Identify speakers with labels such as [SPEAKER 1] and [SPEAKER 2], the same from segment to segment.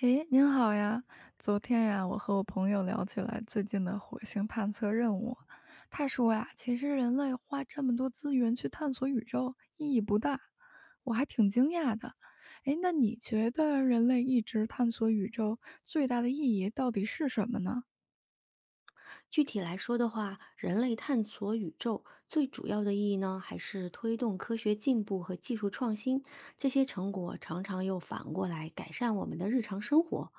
[SPEAKER 1] 诶，您好呀！昨天呀，我和我朋友聊起来最近的火星探测任务，他说呀，其实人类花这么多资源去探索宇宙意义不大，我还挺惊讶的。诶，那你觉得人类一直探索宇宙最大的意义到底是什么呢？
[SPEAKER 2] 具体来说的话，人类探索宇宙最主要的意义呢，还是推动科学进步和技术创新。这些成果常常又反过来改善我们的日常生活，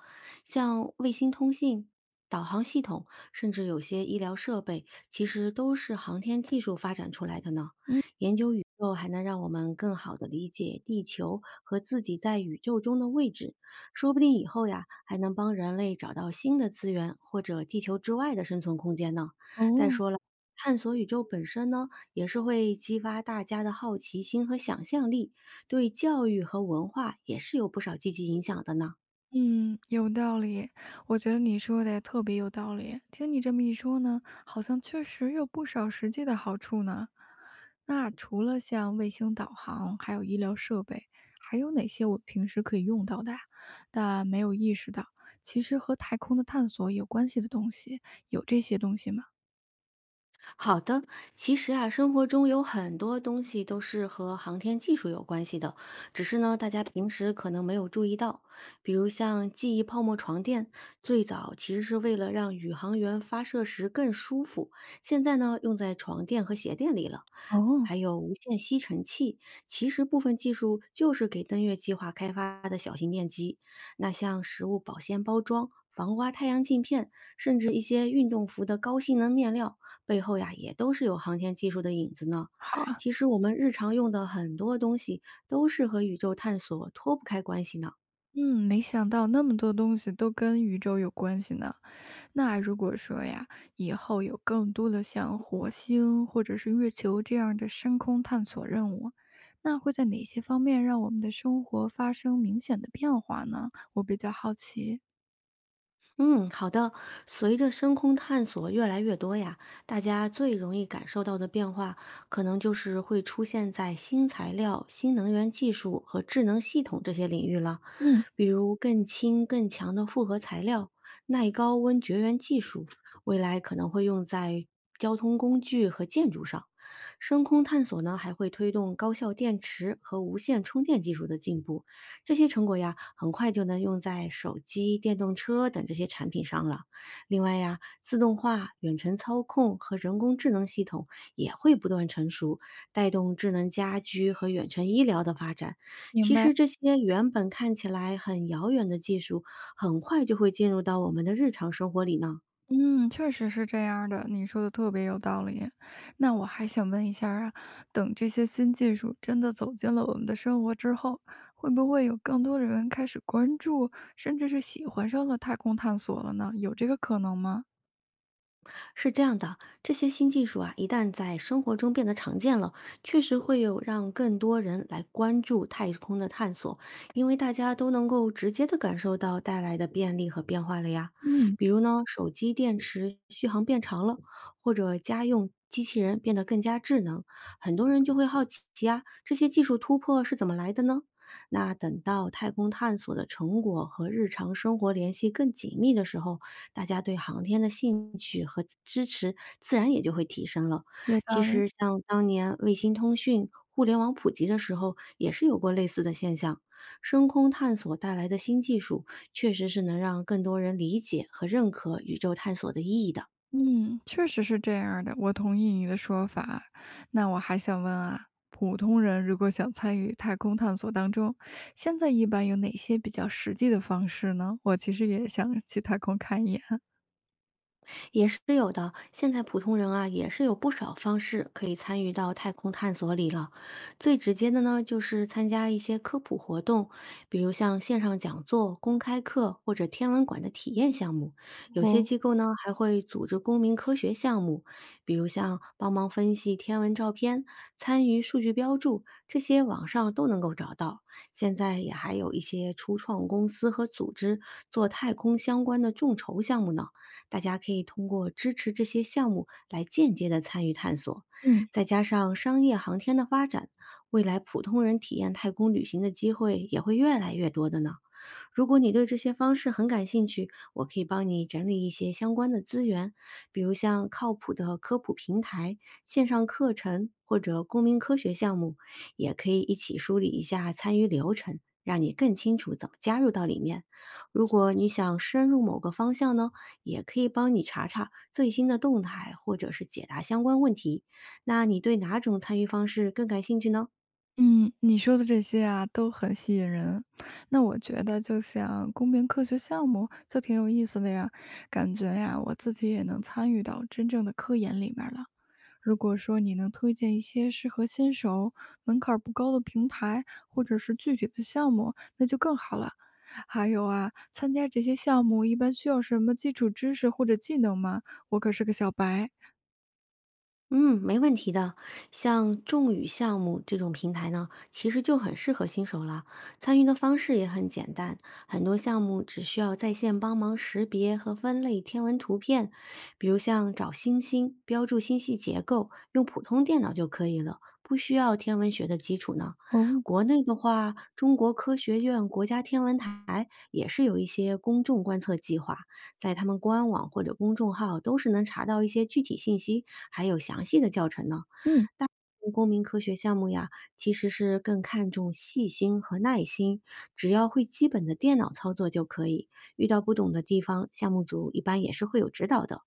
[SPEAKER 2] 像卫星通信、导航系统，甚至有些医疗设备，其实都是航天技术发展出来的呢。
[SPEAKER 1] 嗯。
[SPEAKER 2] 研究宇宙还能让我们更好地理解地球和自己在宇宙中的位置，说不定以后呀，还能帮人类找到新的资源或者地球之外的生存空间呢。再
[SPEAKER 1] 哦。
[SPEAKER 2] 说了，探索宇宙本身呢，也是会激发大家的好奇心和想象力，对教育和文化也是有不少积极影响的呢。
[SPEAKER 1] 嗯，有道理，我觉得你说的也特别有道理。听你这么一说呢，好像确实有不少实际的好处呢。那除了像卫星导航，还有医疗设备，还有哪些我平时可以用到的啊？但没有意识到，其实和太空的探索有关系的东西，有这些东西吗？
[SPEAKER 2] 好的，其实啊，生活中有很多东西都是和航天技术有关系的，只是呢，大家平时可能没有注意到。比如像记忆泡沫床垫，最早其实是为了让宇航员发射时更舒服，现在呢，用在床垫和鞋垫里了。
[SPEAKER 1] 哦。
[SPEAKER 2] 还有无线吸尘器，其实部分技术就是给登月计划开发的小型电机。那像食物保鲜包装、防刮太阳镜片，甚至一些运动服的高性能面料。背后呀也都是有航天技术的影子呢。
[SPEAKER 1] 好啊。
[SPEAKER 2] 其实我们日常用的很多东西都是和宇宙探索脱不开关系呢。
[SPEAKER 1] 嗯，没想到那么多东西都跟宇宙有关系呢。那如果说呀，以后有更多的像火星或者是月球这样的深空探索任务，那会在哪些方面让我们的生活发生明显的变化呢？我比较好奇。
[SPEAKER 2] 嗯，好的。随着深空探索越来越多呀，大家最容易感受到的变化，可能就是会出现在新材料、新能源技术和智能系统这些领域了。
[SPEAKER 1] 嗯。
[SPEAKER 2] 比如更轻更强的复合材料、耐高温绝缘技术，未来可能会用在交通工具和建筑上。深空探索呢，还会推动高效电池和无线充电技术的进步，这些成果呀，很快就能用在手机、电动车等这些产品上了。另外呀，自动化、远程操控和人工智能系统也会不断成熟，带动智能家居和远程医疗的发展。
[SPEAKER 1] 明
[SPEAKER 2] 其实
[SPEAKER 1] 白。
[SPEAKER 2] 这些原本看起来很遥远的技术，很快就会进入到我们的日常生活里呢。
[SPEAKER 1] 嗯，确实是这样的，你说的特别有道理。那我还想问一下啊，等这些新技术真的走进了我们的生活之后，会不会有更多的人开始关注，甚至是喜欢上了太空探索了呢？有这个可能吗？
[SPEAKER 2] 是这样的，这些新技术啊，一旦在生活中变得常见了，确实会有让更多人来关注太空的探索，因为大家都能够直接的感受到带来的便利和变化了呀。
[SPEAKER 1] 嗯。
[SPEAKER 2] 比如呢，手机电池续航变长了，或者家用机器人变得更加智能，很多人就会好奇啊，这些技术突破是怎么来的呢？那等到太空探索的成果和日常生活联系更紧密的时候，大家对航天的兴趣和支持自然也就会提升了。
[SPEAKER 1] 有
[SPEAKER 2] 其
[SPEAKER 1] 道
[SPEAKER 2] 实，
[SPEAKER 1] 理。
[SPEAKER 2] 像当年卫星通讯、互联网普及的时候，也是有过类似的现象。深空探索带来的新技术，确实是能让更多人理解和认可宇宙探索的意义的。
[SPEAKER 1] 嗯，确实是这样儿的，我同意你的说法。那我还想问啊，普通人如果想参与太空探索当中，现在一般有哪些比较实际的方式呢？我其实也想去太空看一眼。
[SPEAKER 2] 也是有的。现在普通人啊，也是有不少方式可以参与到太空探索里了。最直接的呢，就是参加一些科普活动，比如像线上讲座、公开课或者天文馆的体验项目。有些
[SPEAKER 1] 哦。
[SPEAKER 2] 机构呢，还会组织公民科学项目，比如像帮忙分析天文照片、参与数据标注，这些网上都能够找到。现在也还有一些初创公司和组织做太空相关的众筹项目呢。大家可以通过支持这些项目来间接的参与探索。
[SPEAKER 1] 嗯
[SPEAKER 2] 再加上商业航天的发展，未来普通人体验太空旅行的机会也会越来越多的呢。如果你对这些方式很感兴趣，我可以帮你整理一些相关的资源，比如像靠谱的科普平台、线上课程或者公民科学项目，也可以一起梳理一下参与流程，让你更清楚怎么加入到里面。如果你想深入某个方向呢，也可以帮你查查最新的动态，或者是解答相关问题。那你对哪种参与方式更感兴趣呢？
[SPEAKER 1] 嗯，你说的这些啊都很吸引人。那我觉得就像公民科学项目就挺有意思的呀，感觉呀我自己也能参与到真正的科研里面了。如果说你能推荐一些适合新手、门槛儿不高的平台，或者是具体的项目，那就更好了。还有啊，参加这些项目一般需要什么基础知识或者技能吗？我可是个小白。
[SPEAKER 2] 嗯，没问题的。像众语项目这种平台呢，其实就很适合新手了。参与的方式也很简单，很多项目只需要在线帮忙识别和分类天文图片，比如像找星星、标注星系结构，用普通电脑就可以了，不需要天文学的基础呢。
[SPEAKER 1] 哦。
[SPEAKER 2] 国内的话，中国科学院国家天文台也是有一些公众观测计划，在他们官网或者公众号都是能查到一些具体信息，还有详细的教程呢。
[SPEAKER 1] 嗯
[SPEAKER 2] 公民科学项目呀，其实是更看重细心和耐心，只要会基本的电脑操作就可以。遇到不懂的地方，项目组一般也是会有指导的。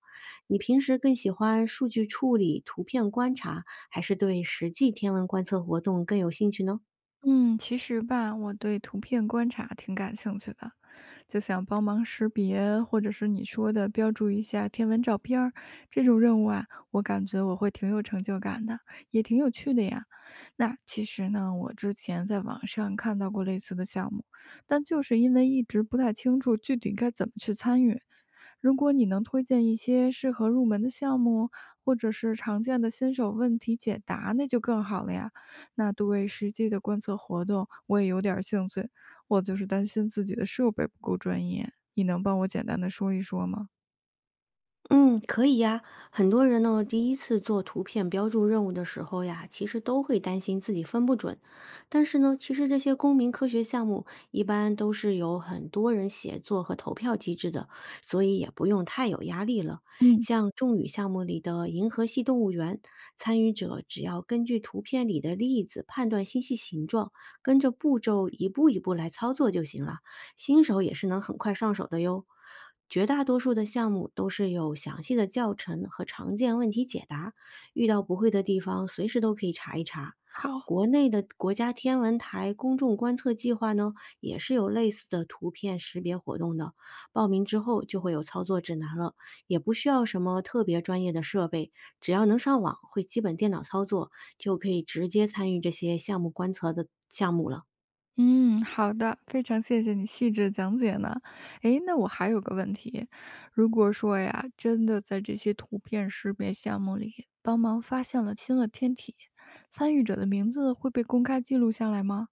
[SPEAKER 2] 你平时更喜欢数据处理、图片观察，还是对实际天文观测活动更有兴趣呢？
[SPEAKER 1] 嗯，其实吧，我对图片观察挺感兴趣的，就想帮忙识别，或者是你说的标注一下天文照片儿这种任务啊，我感觉我会挺有成就感的，也挺有趣的呀。那其实呢，我之前在网上看到过类似的项目，但就是因为一直不太清楚具体该怎么去参与。如果你能推荐一些适合入门的项目，或者是常见的新手问题解答，那就更好了呀。那对实际的观测活动，我也有点儿兴趣。我就是担心自己的设备不够专业，你能帮我简单的说一说吗？
[SPEAKER 2] 嗯，可以呀。很多人呢，第一次做图片标注任务的时候呀，其实都会担心自己分不准。但是呢，其实这些公民科学项目一般都是有很多人协作和投票机制的，所以也不用太有压力了。
[SPEAKER 1] 嗯。
[SPEAKER 2] 像众宇项目里的银河系动物园，参与者只要根据图片里的例子判断星系形状，跟着步骤一步一步来操作就行了。新手也是能很快上手的哟。绝大多数的项目都是有详细的教程和常见问题解答，遇到不会的地方随时都可以查一查。
[SPEAKER 1] 好。
[SPEAKER 2] 国内的国家天文台公众观测计划呢，也是有类似的图片识别活动的。报名之后就会有操作指南了，也不需要什么特别专业的设备，只要能上网，会基本电脑操作，就可以直接参与这些项目观测的项目了。
[SPEAKER 1] 嗯，好的，非常谢谢你细致讲解呢。诶，那我还有个问题，如果说呀，真的在这些图片识别项目里帮忙发现了新的天体，参与者的名字会被公开记录下来吗？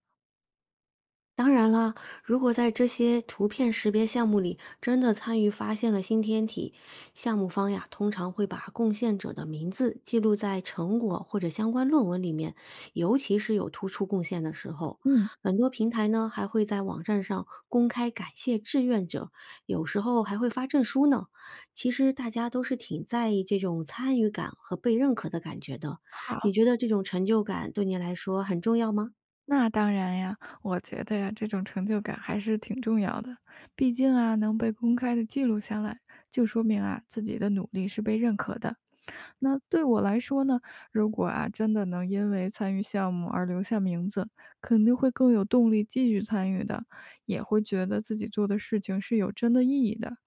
[SPEAKER 2] 当然了，如果在这些图片识别项目里真的参与发现了新天体，项目方呀通常会把贡献者的名字记录在成果或者相关论文里面，尤其是有突出贡献的时候。
[SPEAKER 1] 嗯。
[SPEAKER 2] 很多平台呢还会在网站上公开感谢志愿者，有时候还会发证书呢。其实大家都是挺在意这种参与感和被认可的感觉的。你
[SPEAKER 1] 好。
[SPEAKER 2] 觉得这种成就感对你来说很重要吗？
[SPEAKER 1] 那当然呀，我觉得呀，这种成就感还是挺重要的。毕竟啊，能被公开的记录下来，就说明啊自己的努力是被认可的。那对我来说呢，如果啊真的能因为参与项目而留下名字，肯定会更有动力继续参与的，也会觉得自己做的事情是有真的意义的。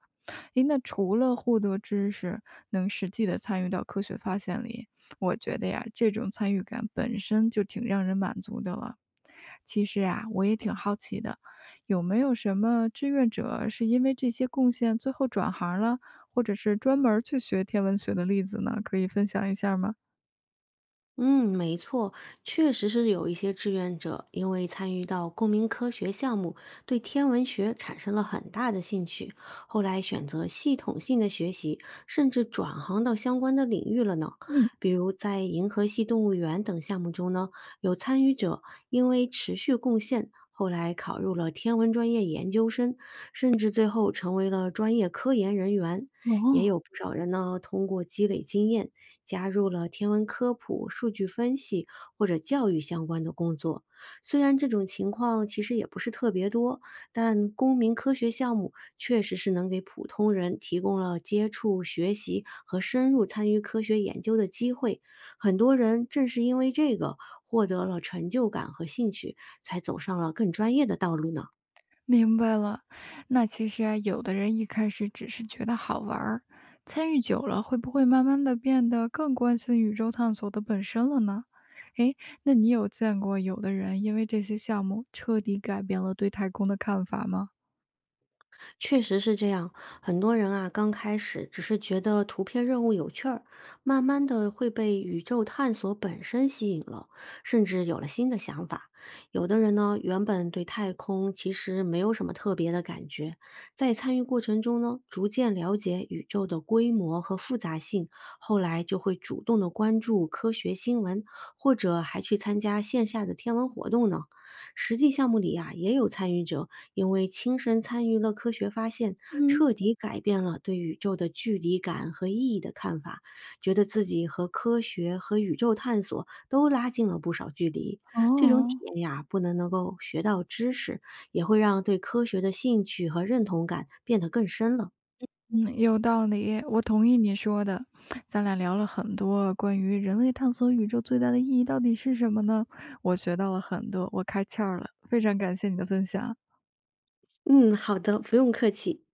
[SPEAKER 1] 诶，那除了获得知识，能实际的参与到科学发现里，我觉得呀，这种参与感本身就挺让人满足的了。其实啊，我也挺好奇的，有没有什么志愿者是因为这些贡献最后转行了，或者是专门儿去学天文学的例子呢？可以分享一下吗？
[SPEAKER 2] 嗯，没错，确实是有一些志愿者因为参与到公民科学项目，对天文学产生了很大的兴趣，后来选择系统性的学习，甚至转行到相关的领域了呢。
[SPEAKER 1] 嗯。
[SPEAKER 2] 比如在银河系动物园等项目中呢，有参与者因为持续贡献，后来考入了天文专业研究生，甚至最后成为了专业科研人员。也有
[SPEAKER 1] 哦。
[SPEAKER 2] 不少人呢，通过积累经验。加入了天文科普、数据分析或者教育相关的工作。虽然这种情况其实也不是特别多，但公民科学项目确实是能给普通人提供了接触、学习和深入参与科学研究的机会。很多人正是因为这个获得了成就感和兴趣，才走上了更专业的道路呢。
[SPEAKER 1] 明白了。那其实啊，有的人一开始只是觉得好玩儿，参与久了，会不会慢慢的变得更关心宇宙探索的本身了呢？诶，那你有见过有的人因为这些项目彻底改变了对太空的看法吗？
[SPEAKER 2] 确实是这样，很多人啊，刚开始只是觉得图片任务有趣儿，慢慢的会被宇宙探索本身吸引了，甚至有了新的想法。有的人呢，原本对太空其实没有什么特别的感觉，在参与过程中呢，逐渐了解宇宙的规模和复杂性，后来就会主动的关注科学新闻，或者还去参加线下的天文活动呢。实际项目里呀、也有参与者因为亲身参与了科学发现，
[SPEAKER 1] 嗯。
[SPEAKER 2] 彻底改变了对宇宙的距离感和意义的看法，觉得自己和科学和宇宙探索都拉近了不少距离。这种体
[SPEAKER 1] 哦。
[SPEAKER 2] 验呀、不能能够学到知识，也会让对科学的兴趣和认同感变得更深了。
[SPEAKER 1] 嗯，有道理，我同意你说的。咱俩聊了很多关于人类探索宇宙最大的意义到底是什么呢？我学到了很多，我开窍了，非常感谢你的分享。
[SPEAKER 2] 嗯，好的，不用客气。